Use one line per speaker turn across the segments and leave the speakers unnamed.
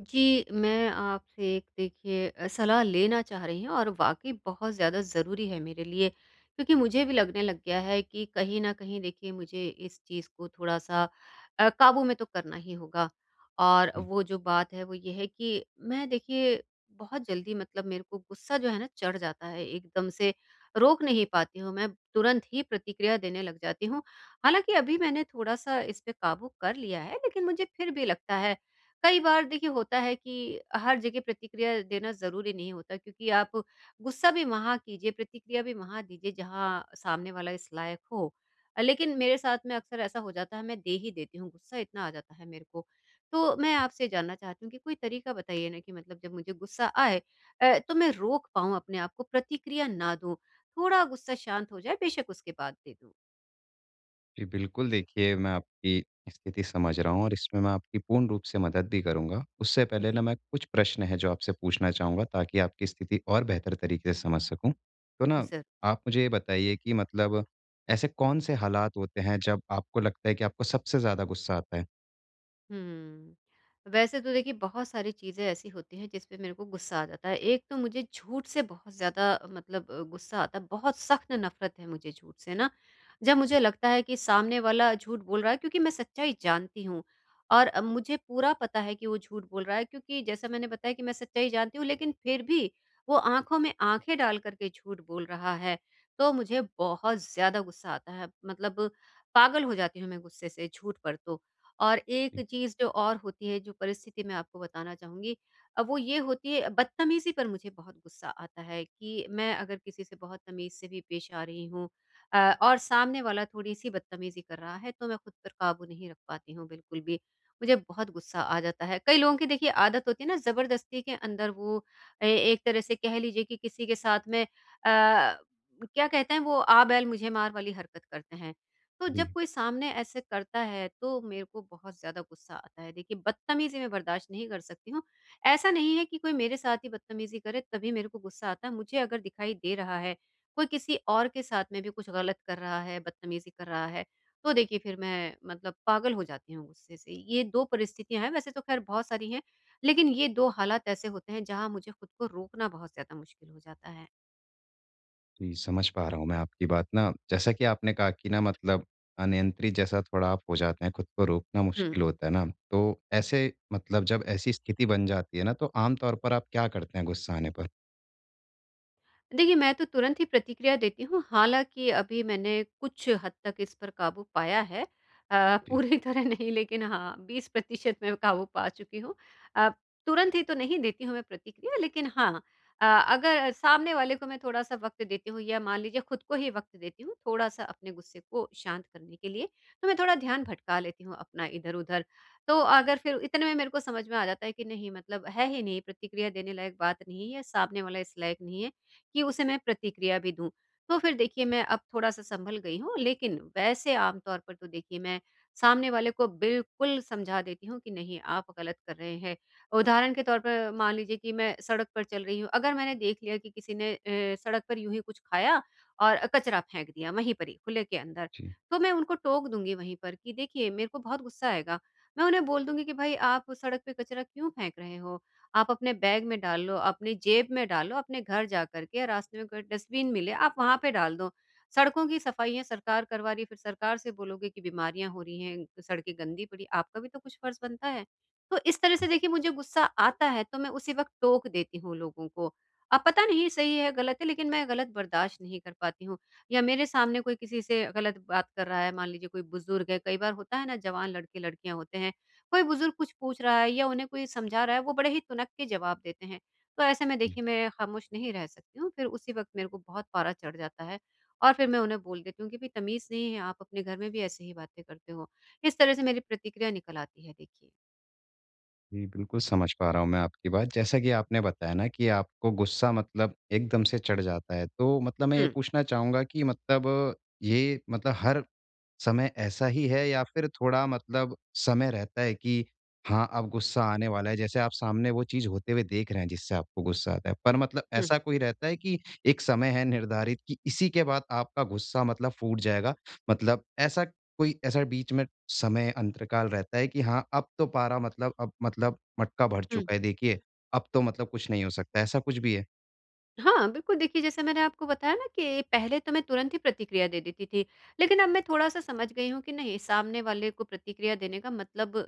जी, मैं आपसे एक देखिए सलाह लेना चाह रही हूँ और वाक़ई बहुत ज़्यादा ज़रूरी है मेरे लिए क्योंकि मुझे भी लगने लग गया है कि कहीं न कहीं देखिए मुझे इस चीज़ को थोड़ा-सा काबू में तो करना ही होगा। और
जी,
वो जो बात है वो ये है कि मैं देखिए बहुत जल्दी मतलब मेरे को गुस्सा जो है ना चढ़ जाता है एकदम से, रोक नहीं पाती हूँ मैं, तुरंत ही प्रतिक्रिया देने लग जाती हूँ। हालाँकि अभी मैंने थोड़ा-सा इस पे काबू कर लिया है लेकिन मुझे फिर भी लगता है कई बार देखिए होता है कि हर जगह प्रतिक्रिया देना ज़रूरी नहीं होता क्योंकि आप गुस्सा भी वहाँ कीजिए, प्रतिक्रिया भी वहाँ दीजिए जहाँ सामने वाला इस लायक हो। लेकिन मेरे साथ में अक्सर ऐसा हो जाता है मैं दे ही देती हूँ, गुस्सा इतना आ जाता है मेरे को। तो मैं आपसे जानना चाहती हूँ कि कोई तरीका बताइए ना कि मतलब जब मुझे गुस्सा आए तो मैं रोक पाऊँ अपने आप को, प्रतिक्रिया ना दूँ। थोड़ा गुस्सा शांत हो जाए बेशक उसके बाद दे दूँ।
जी, बिल्कुल देखिए मैं आपकी स्थिति समझ रहा हूँ और इसमें मैं आपकी पूर्ण रूप से मदद भी करूँगा। उससे पहले
जी।
ना मैं कुछ प्रश्न हैं जो आपसे पूछना चाहूँगा ताकि आपकी स्थिति और बेहतर तरीके से समझ सकूँ। तो ना
ज़रूर।
आप मुझे ये बताइए कि मतलब ऐसे कौन से हालात होते हैं जब आपको लगता है कि आपको सबसे ज़्यादा गुस्सा आता है?
हुँ। वैसे तो देखिए बहुत सारी चीज़ें ऐसी होती हैं जिस पे मेरे को गुस्सा आ जाता है। एक तो मुझे झूठ से बहुत ज़्यादा मतलब गुस्सा आता है, बहुत सख्त नफ़रत है मुझे झूठ से ना। जब मुझे लगता है कि सामने वाला झूठ बोल रहा है क्योंकि मैं सच्चाई जानती हूँ और मुझे पूरा पता है कि वो झूठ बोल रहा है क्योंकि जैसा मैंने बताया कि मैं सच्चाई जानती हूँ लेकिन फिर भी वो आँखों में आँखें डाल कर के झूठ बोल रहा है, तो मुझे बहुत ज़्यादा गुस्सा आता है। मतलब पागल हो जाती हूँ मैं गुस्से से झूठ पर तो। और एक
जी।
चीज़ जो और होती है, जो परिस्थिति मैं आपको बताना चाहूँगी वो ये होती है बदतमीज़ी पर मुझे बहुत गुस्सा आता है कि मैं अगर किसी से बहुत तमीज़ से भी पेश आ रही हूँ और सामने वाला थोड़ी-सी बदतमीज़ी कर रहा है, तो मैं खुद पर काबू नहीं रख पाती हूँ बिल्कुल भी। मुझे बहुत गुस्सा आ जाता है। कई लोगों की देखिए आदत होती है ना ज़बरदस्ती के अंदर वो ए एक तरह से कह लीजिए कि किसी के साथ में क्या कहते हैं वो आ बैल मुझे मार वाली हरकत करते हैं। तो
जी।
जब कोई सामने ऐसे करता है तो मेरे को बहुत ज़्यादा गुस्सा आता है। देखिए बदतमीज़ी मैं बर्दाश्त नहीं कर सकती हूँ। ऐसा नहीं है कि कोई मेरे साथ ही बदतमीज़ी करे तभी मेरे को गुस्सा आता है। मुझे अगर दिखाई दे रहा है, कोई किसी और के साथ में भी कुछ गलत कर रहा है, बदतमीज़ी कर रहा है, तो देखिए फिर मैं मतलब पागल हो जाती हूँ गुस्से से। ये 2 परिस्थितियाँ हैं, वैसे तो ख़ैर बहुत सारी हैं, लेकिन ये 2 हालात ऐसे होते हैं जहाँ मुझे खुद को रोकना बहुत ज़्यादा मुश्किल हो जाता है।
जी, समझ पा रहा हूँ मैं आपकी बात ना। जैसा कि आपने कहा कि ना मतलब अनियंत्रित जैसा थोड़ा आप हो जाते हैं, खुद को रोकना
हुँ।
मुश्किल होता है ना। तो ऐसे मतलब जब ऐसी स्थिति बन जाती है ना, तो आम तौर पर आप क्या करते हैं गुस्सा आने पर?
देखिए, मैं तो तुरंत ही प्रतिक्रिया देती हूँ, हालाँकि अभी मैंने कुछ हद तक इस पर काबू पाया है।
जी,
पूरी तरह नहीं लेकिन हाँ, 20% मैं काबू पा चुकी हूँ। अ, तुरंत ही तो नहीं देती हूँ मैं प्रतिक्रिया लेकिन हाँ, अगर सामने वाले को मैं थोड़ा-सा वक़्त देती हूँ या मान लीजिए खुद को ही वक़्त देती हूँ, थोड़ा-सा अपने गुस्से को शांत करने के लिए, तो मैं थोड़ा ध्यान भटका लेती हूँ अपना इधर-उधर। तो अगर फिर इतने में मेरे को समझ में आ जाता है कि नहीं मतलब है ही नहीं, प्रतिक्रिया देने लायक बात नहीं है, सामने वाला इस लायक नहीं है, कि उसे मैं प्रतिक्रिया भी दूँ। तो फिर देखिए मैं अब थोड़ा-सा सँभल गई हूँ, लेकिन वैसे आम तौर पर तो देखिए मैं सामने वाले को बिल्कुल समझा देती हूँ कि नहीं आप गलत कर रहे हैं। उदाहरण के तौर पर मान लीजिए कि मैं सड़क पर चल रही हूँ, अगर मैंने देख लिया कि किसी ने सड़क पर यूँ ही कुछ खाया और कचरा फेंक दिया वहीं पर ही खुले के अंदर,
जी,
तो मैं उनको टोक दूँगी वहीं पर कि देखिए मेरे को बहुत गुस्सा आएगा। मैं उन्हें बोल दूँगी कि भाई आप उस सड़क पे कचरा क्यों फेंक रहे हो? आप अपने बैग में डाल लो, अपनी जेब में डालो, अपने घर जा कर के रास्ते में कोई डस्टबिन मिले आप वहाँ पे डाल दो। सड़कों की सफाइयाँ सरकार करवा रही है, फिर सरकार से बोलोगे कि बीमारियाँ हो रही हैं, सड़कें गंदी पड़ी, आपका भी तो कुछ फर्ज़ बनता है। तो इस तरह से
जी,
देखिए मुझे गुस्सा आता है तो मैं उसी वक़्त टोक देती हूँ लोगों को। अब पता नहीं सही है, गलत है लेकिन मैं गलत बर्दाश्त नहीं कर पाती हूँ या मेरे सामने कोई किसी से गलत बात कर रहा है, मान लीजिए कोई बुज़ुर्ग है, कई बार होता है ना जवान लड़के-लड़कियाँ होते हैं, कोई बुजुर्ग कुछ पूछ रहा है या उन्हें कोई समझा रहा है, वो बड़े ही तुनक के जवाब देते हैं। तो ऐसे में
जी,
देखिए मैं खामोश नहीं रह सकती हूँ, फिर उसी वक़्त मेरे को बहुत पारा चढ़ जाता है और फिर मैं उन्हें बोल देती हूँ कि, "भई तमीज़ नहीं है, आप अपने घर में भी ऐसे ही बातें करते हो।" इस तरह से मेरी प्रतिक्रिया निकल आती है देखिए।
जी, बिल्कुल समझ पा रहा हूँ मैं आपकी बात। जैसा कि आपने बताया ना कि आपको गुस्सा मतलब एकदम से चढ़ जाता है। तो मतलब मैं ये
हुँ,
पूछना चाहूँगा कि मतलब ये मतलब हर समय ऐसा ही है या फिर थोड़ा मतलब समय रहता है कि हाँ, अब गुस्सा आने वाला है, जैसे आप सामने वो चीज़ होते हुए देख रहे हैं जिससे आपको गुस्सा आता है। पर मतलब
हुँ,
ऐसा कोई रहता है कि एक समय है निर्धारित कि इसी के बाद आपका गुस्सा मतलब फूट जाएगा? मतलब ऐसा कोई ऐसा बीच में समय अंतरकाल रहता है कि हाँ, अब तो पारा मतलब अब मतलब मटका भर
हुँ।
चुका है, देखिए अब तो मतलब कुछ नहीं हो सकता, ऐसा कुछ भी है?
हाँ, बिल्कुल देखिए जैसे मैंने आपको बताया ना कि पहले तो मैं तुरंत ही प्रतिक्रिया दे देती थी। लेकिन अब मैं थोड़ा-सा समझ गई हूँ कि नहीं सामने वाले को प्रतिक्रिया देने का मतलब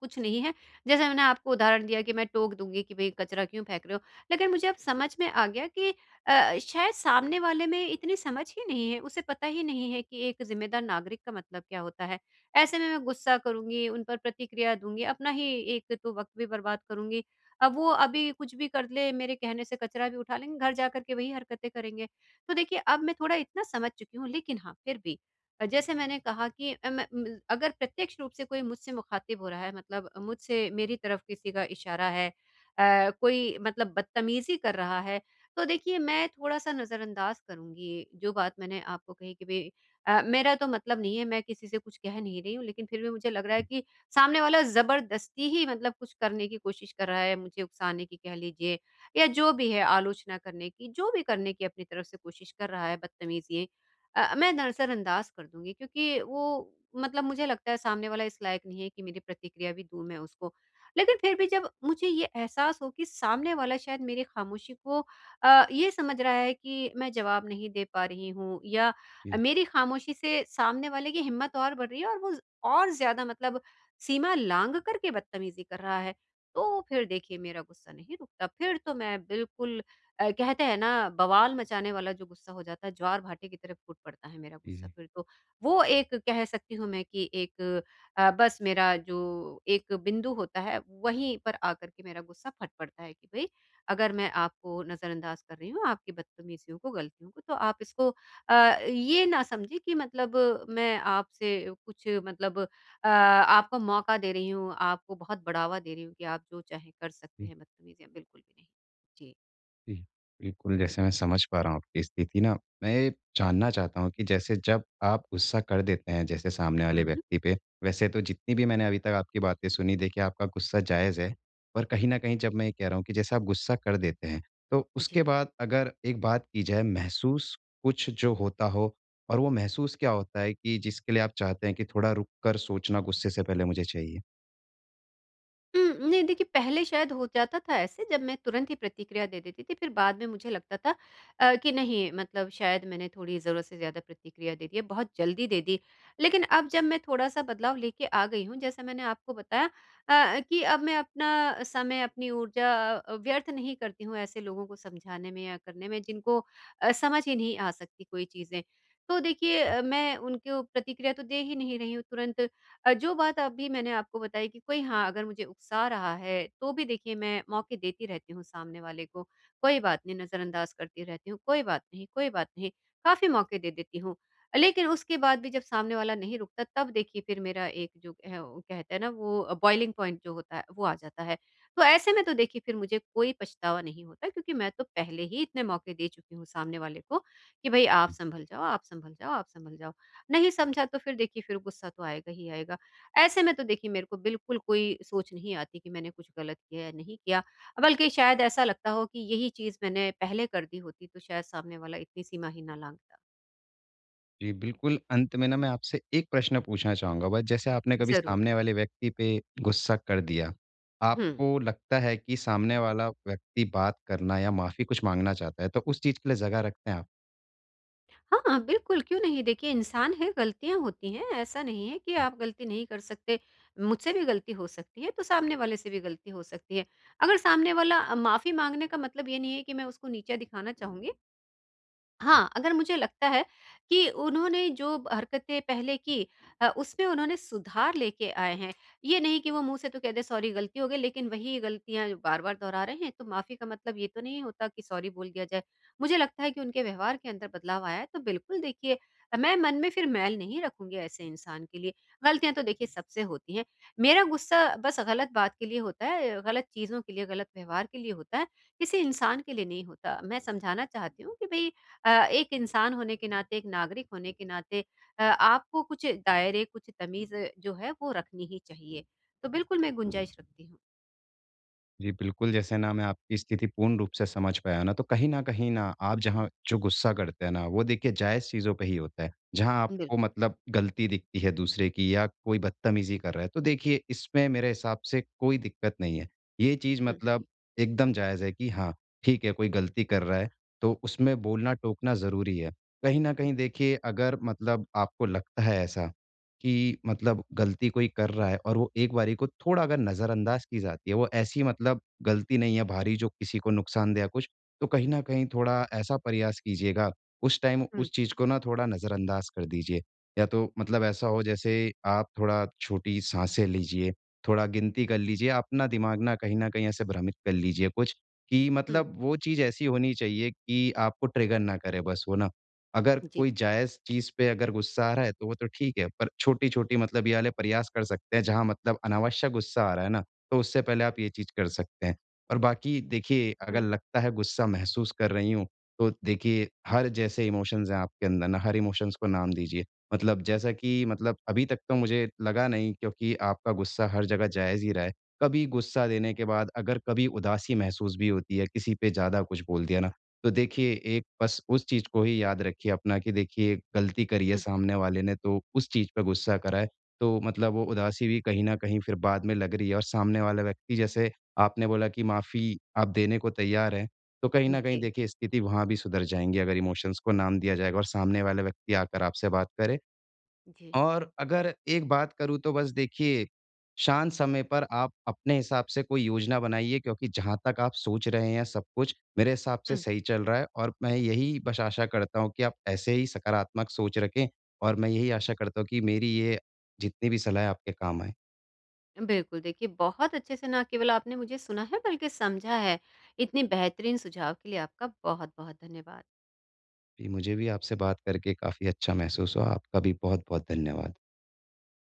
कुछ नहीं है। जैसे मैंने आपको उदाहरण दिया कि मैं टोक दूँगी कि भई कचरा क्यों फेंक रहे हो? लेकिन मुझे अब समझ में आ गया कि शायद सामने वाले में इतनी समझ ही नहीं है, उसे पता ही नहीं है कि एक ज़िम्मेदार नागरिक का मतलब क्या होता है। ऐसे में मैं गुस्सा करूँगी, उन पर प्रतिक्रिया दूँगी, अपना ही एक तो वक़्त भी बर्बाद करूँगी अब वो अभी कुछ भी कर ले, मेरे कहने से कचरा भी उठा लेंगे, घर जाकर के वही हरकतें करेंगे। तो देखिए अब मैं थोड़ा इतना समझ चुकी हूँ, लेकिन हाँ, फिर भी जैसे मैंने कहा कि मैं म अगर प्रत्यक्ष रूप से कोई मुझसे मुखातिब हो रहा है मतलब मुझसे मेरी तरफ किसी का इशारा है कोई मतलब बदतमीज़ी कर रहा है, तो देखिए मैं थोड़ा-सा नज़रअंदाज करूँगी, जो बात मैंने आपको कही कि भई मेरा तो मतलब नहीं है, मैं किसी से कुछ कह नहीं रही हूँ, लेकिन फिर भी मुझे लग रहा है कि सामने वाला ज़बरदस्ती ही मतलब कुछ करने की कोशिश कर रहा है, मुझे उकसाने की कह लीजिए या जो भी है आलोचना करने की, जो भी करने की अपनी तरफ से कोशिश कर रहा है बदतमीज़ ये मैं नज़रअंदाज़ कर दूँगी क्योंकि वो मतलब मुझे लगता है सामने वाला इस लायक नहीं है कि मेरी प्रतिक्रिया भी दूँ मैं उसको। लेकिन फिर भी जब मुझे ये एहसास हो कि सामने वाला शायद मेरी खामोशी को ये समझ रहा है कि मैं जवाब नहीं दे पा रही हूँ या
जी,
मेरी खामोशी से सामने वाले की हिम्मत और बढ़ रही है और वो ज़ और ज़्यादा मतलब सीमा लांघ कर के बदतमीजी कर रहा है, तो फिर देखिए मेरा गुस्सा नहीं रुकता। फिर तो मैं बिल्कुल कहते हैं ना बवाल मचाने वाला जो गुस्सा हो जाता है, ज्वार-भाटे की तरह फूट पड़ता है मेरा
जी, जी,
गुस्सा
जी।
फिर तो। वो एक कह सकती हूँ मैं कि एक बस मेरा जो एक बिंदु होता है, वहीं पर आकर के मेरा गुस्सा फट पड़ता है कि भई अगर मैं आपको नज़रअंदाज कर रही हूँ, आपकी बदतमीज़ियों को, गलतियों को, तो आप इसको अ, ये ना समझिए कि मतलब मैं आपसे कुछ मतलब आपको मौका दे रही हूँ, आपको बहुत बढ़ावा दे रही हूँ कि आप जो चाहें कर सकते हैं, बदतमीज़ियाँ बिल्कुल भी नहीं। जी।
जी, बिल्कुल, जैसे मैं समझ पा रहा हूँ आपकी स्थिति ना, मैं ये जानना चाहता हूँ कि जैसे जब आप गुस्सा कर देते हैं जैसे सामने
हुँ,
वाले
हुँ।
व्यक्ति पे, वैसे तो जितनी भी मैंने अभी तक आपकी बातें सुनी, देखिए आपका गुस्सा जायज़ है। पर कहीं न कहीं जब मैं ये कह रहा हूँ कि जैसे आप गुस्सा कर देते हैं, तो
जी।
उसके बाद अगर एक बात की जाए महसूस कुछ जो होता हो और वो महसूस क्या होता है कि जिसके लिए आप चाहते हैं कि थोड़ा रुक कर सोचना गुस्से से पहले मुझे चाहिए?
नहीं देखिए पहले शायद हो जाता था ऐसे जब मैं तुरंत ही प्रतिक्रिया दे देती थी फिर बाद में मुझे लगता था कि नहीं मतलब शायद मैंने थोड़ी ज़रूरत से ज़्यादा प्रतिक्रिया दे दी है, बहुत जल्दी दे दी। लेकिन अब जब मैं थोड़ा-सा बदलाव लेके आ गई हूँ जैसा मैंने आपको बताया कि अब मैं अपना समय अपनी ऊर्जा व्यर्थ नहीं करती हूँ ऐसे लोगों को समझाने में या करने में जिनको समझ ही नहीं आ सकती कोई चीज़ें। तो देखिए मैं उनको प्रतिक्रिया तो दे ही नहीं रही हूँ तुरंत जो बात अभी मैंने आपको बताई कि कोई हाँ, अगर मुझे उकसा रहा है, तो भी देखिए मैं मौके देती रहती हूँ सामने वाले को। कोई बात नहीं, नज़रअंदाज़ करती रहती हूँ, कोई बात नहीं, काफ़ी मौके दे देती हूँ। लेकिन उसके बाद भी जब सामने वाला नहीं रुकता, तब देखिए फिर मेरा एक जो है वो कहते हैं ना वो बॉइलिंग पॉइंट जो होता है, वो आ जाता है। तो ऐसे में तो देखिए फिर मुझे कोई पछतावा नहीं होता क्योंकि मैं तो पहले ही इतने मौके दे चुकी हूँ सामने वाले को कि भई आप संभल जाओ, आप संभल जाओ, आप संभल जाओ। नहीं समझा तो फिर देखिए फिर गुस्सा तो आएगा ही आएगा। ऐसे में तो देखिए मेरे को बिल्कुल कोई सोच नहीं आती कि मैंने कुछ गलत किया या नहीं किया। बल्कि शायद ऐसा लगता हो कि यही चीज़ मैंने पहले कर दी होती तो शायद सामने वाला इतनी सीमा ही ना लाँघता।
जी, बिल्कुल, अंत में ना मैं आपसे एक प्रश्न पूछना चाहूँगा बस जैसे आपने कभी
ज़रूर।
सामने वाले व्यक्ति पे गुस्सा कर दिया,
हुँ।
आपको लगता है कि सामने वाला व्यक्ति बात करना या माफ़ी कुछ माँगना चाहता है, तो उस चीज़ के लिए जगह रखते हैं आप?
हाँ, बिल्कुल क्यों नहीं देखिए इंसान है, गलतियाँ होती हैं, ऐसा नहीं है कि आप गलती नहीं कर सकते। मुझसे भी गलती हो सकती है, तो सामने वाले से भी गलती हो सकती है। अगर सामने वाला माफ़ी माँगने का मतलब ये नहीं है कि मैं उसको नीचा दिखाना चाहूँगी। हाँ, अगर मुझे लगता है कि उन्होंने जो हरकतें पहले की उसमें उन्होंने सुधार लेके आए हैं। ये नहीं कि वो मुँह से तो कह दें सॉरी गलती हो गई लेकिन वही गलतियाँ बार-बार दोहरा रहे हैं, तो माफ़ी का मतलब ये तो नहीं होता कि सॉरी बोल दिया जाए। मुझे लगता है कि उनके व्यवहार के अंदर बदलाव आया है तो बिल्कुल देखिए मैं मन में फिर मैल नहीं रखूँगी ऐसे इंसान के लिए। गलतियाँ तो देखिए सबसे होती हैं। मेरा गुस्सा बस गलत बात के लिए होता है, गलत चीज़ों के लिए, गलत व्यवहार के लिए होता है, किसी इंसान के लिए नहीं होता। मैं समझाना चाहती हूँ कि भई एक इंसान होने के नाते, एक नागरिक होने के नाते आपको कुछ दायरे, कुछ तमीज़ जो है वो रखनी ही चाहिए। तो बिल्कुल मैं गुंजाइश रखती हूँ।
जी, बिल्कुल, जैसे ना मैं आपकी स्थिति पूर्ण रूप से समझ पाया ना, तो कहीं न कहीं ना आप जहाँ जो गुस्सा करते हैं ना, वो देखिए जायज़ चीज़ों पे ही होता है। जहाँ आपको
बिल्कुल।
मतलब गलती दिखती है दूसरे की या कोई बदतमीज़ी कर रहा है, तो देखिए इसमें मेरे हिसाब से कोई दिक्कत नहीं है। ये चीज़
हुँ,
मतलब एकदम जायज़ है कि हाँ, ठीक है कोई गलती कर रहा है, तो उसमें बोलना-टोकना ज़रूरी है। कहीं न
हुँ, हुँ,
कहीं
जी।
देखिए अगर मतलब आपको लगता है ऐसा कि मतलब गलती कोई कर रहा है और वो एक बारी को थोड़ा अगर नज़रअंदाज की जाती है, वो ऐसी मतलब गलती नहीं है भारी जो किसी को नुकसान दे या कुछ, तो कहीं न कहीं थोड़ा ऐसा प्रयास कीजिएगा, उस टाइम
हुँ,
उस चीज़ को ना थोड़ा नज़रअंदाज कर दीजिए। या तो मतलब ऐसा हो जैसे आप थोड़ा छोटी साँसें लीजिए, थोड़ा गिनती कर लीजिए, अपना दिमाग ना कहीं न कहीं ऐसे भ्रमित कर लीजिए कुछ कि
हुँ,
मतलब वो चीज़ ऐसी होनी चाहिए कि आपको ट्रिगर ना करे बस वो ना। अगर
जी,
कोई जायज़ चीज़ पे अगर गुस्सा आ रहा है, तो वो तो ठीक है, पर छोटी-छोटी मतलब ये वाले प्रयास कर सकते हैं, जहाँ मतलब अनावश्यक गुस्सा आ रहा है ना, तो उससे पहले आप ये चीज़ कर सकते हैं। और बाकी देखिए, अगर लगता है गुस्सा महसूस कर रही हूँ, तो देखिए हर जैसे इमोशंस हैं आपके अंदर ना, हर इमोशंस को नाम दीजिए। मतलब जैसा कि मतलब अभी तक तो मुझे लगा नहीं क्योंकि आपका गुस्सा हर जगह जायज़ ही रहा है। कभी गुस्सा देने के बाद अगर कभी उदासी महसूस भी होती है, किसी पे ज़्यादा कुछ बोल दिया ना तो देखिए, एक बस उस चीज़ को ही याद रखिए अपना कि देखिए गलती करी है सामने वाले ने तो उस चीज़ पे गुस्सा करा है। तो मतलब वो उदासी भी कहीं न कहीं फिर बाद में लग रही है और सामने वाला व्यक्ति जैसे आपने बोला कि माफ़ी आप देने को तैयार हैं, तो कहीं न कहीं देखिए स्थिति वहाँ भी सुधर जाएँगी अगर इमोशंस को नाम दिया जाएगा और सामने वाला व्यक्ति आकर आपसे बात करे।
जी।
और अगर एक बात करूँ तो बस देखिए, शांत समय पर आप अपने हिसाब से कोई योजना बनाइए क्योंकि जहाँ तक आप सोच रहे हैं सब कुछ मेरे हिसाब से
हुँ,
सही चल रहा है और मैं यही बस आशा करता हूँ कि आप ऐसे ही सकारात्मक सोच रखें और मैं यही आशा करता हूँ कि मेरी ये जितनी भी सलाह है आपके काम आए।
बिल्कुल देखिए बहुत अच्छे से ना केवल आपने मुझे सुना है बल्कि समझा है। इतने बेहतरीन सुझाव के लिए आपका बहुत-बहुत धन्यवाद।
जी, मुझे भी आपसे बात करके काफ़ी अच्छा महसूस हुआ। आपका भी बहुत-बहुत धन्यवाद।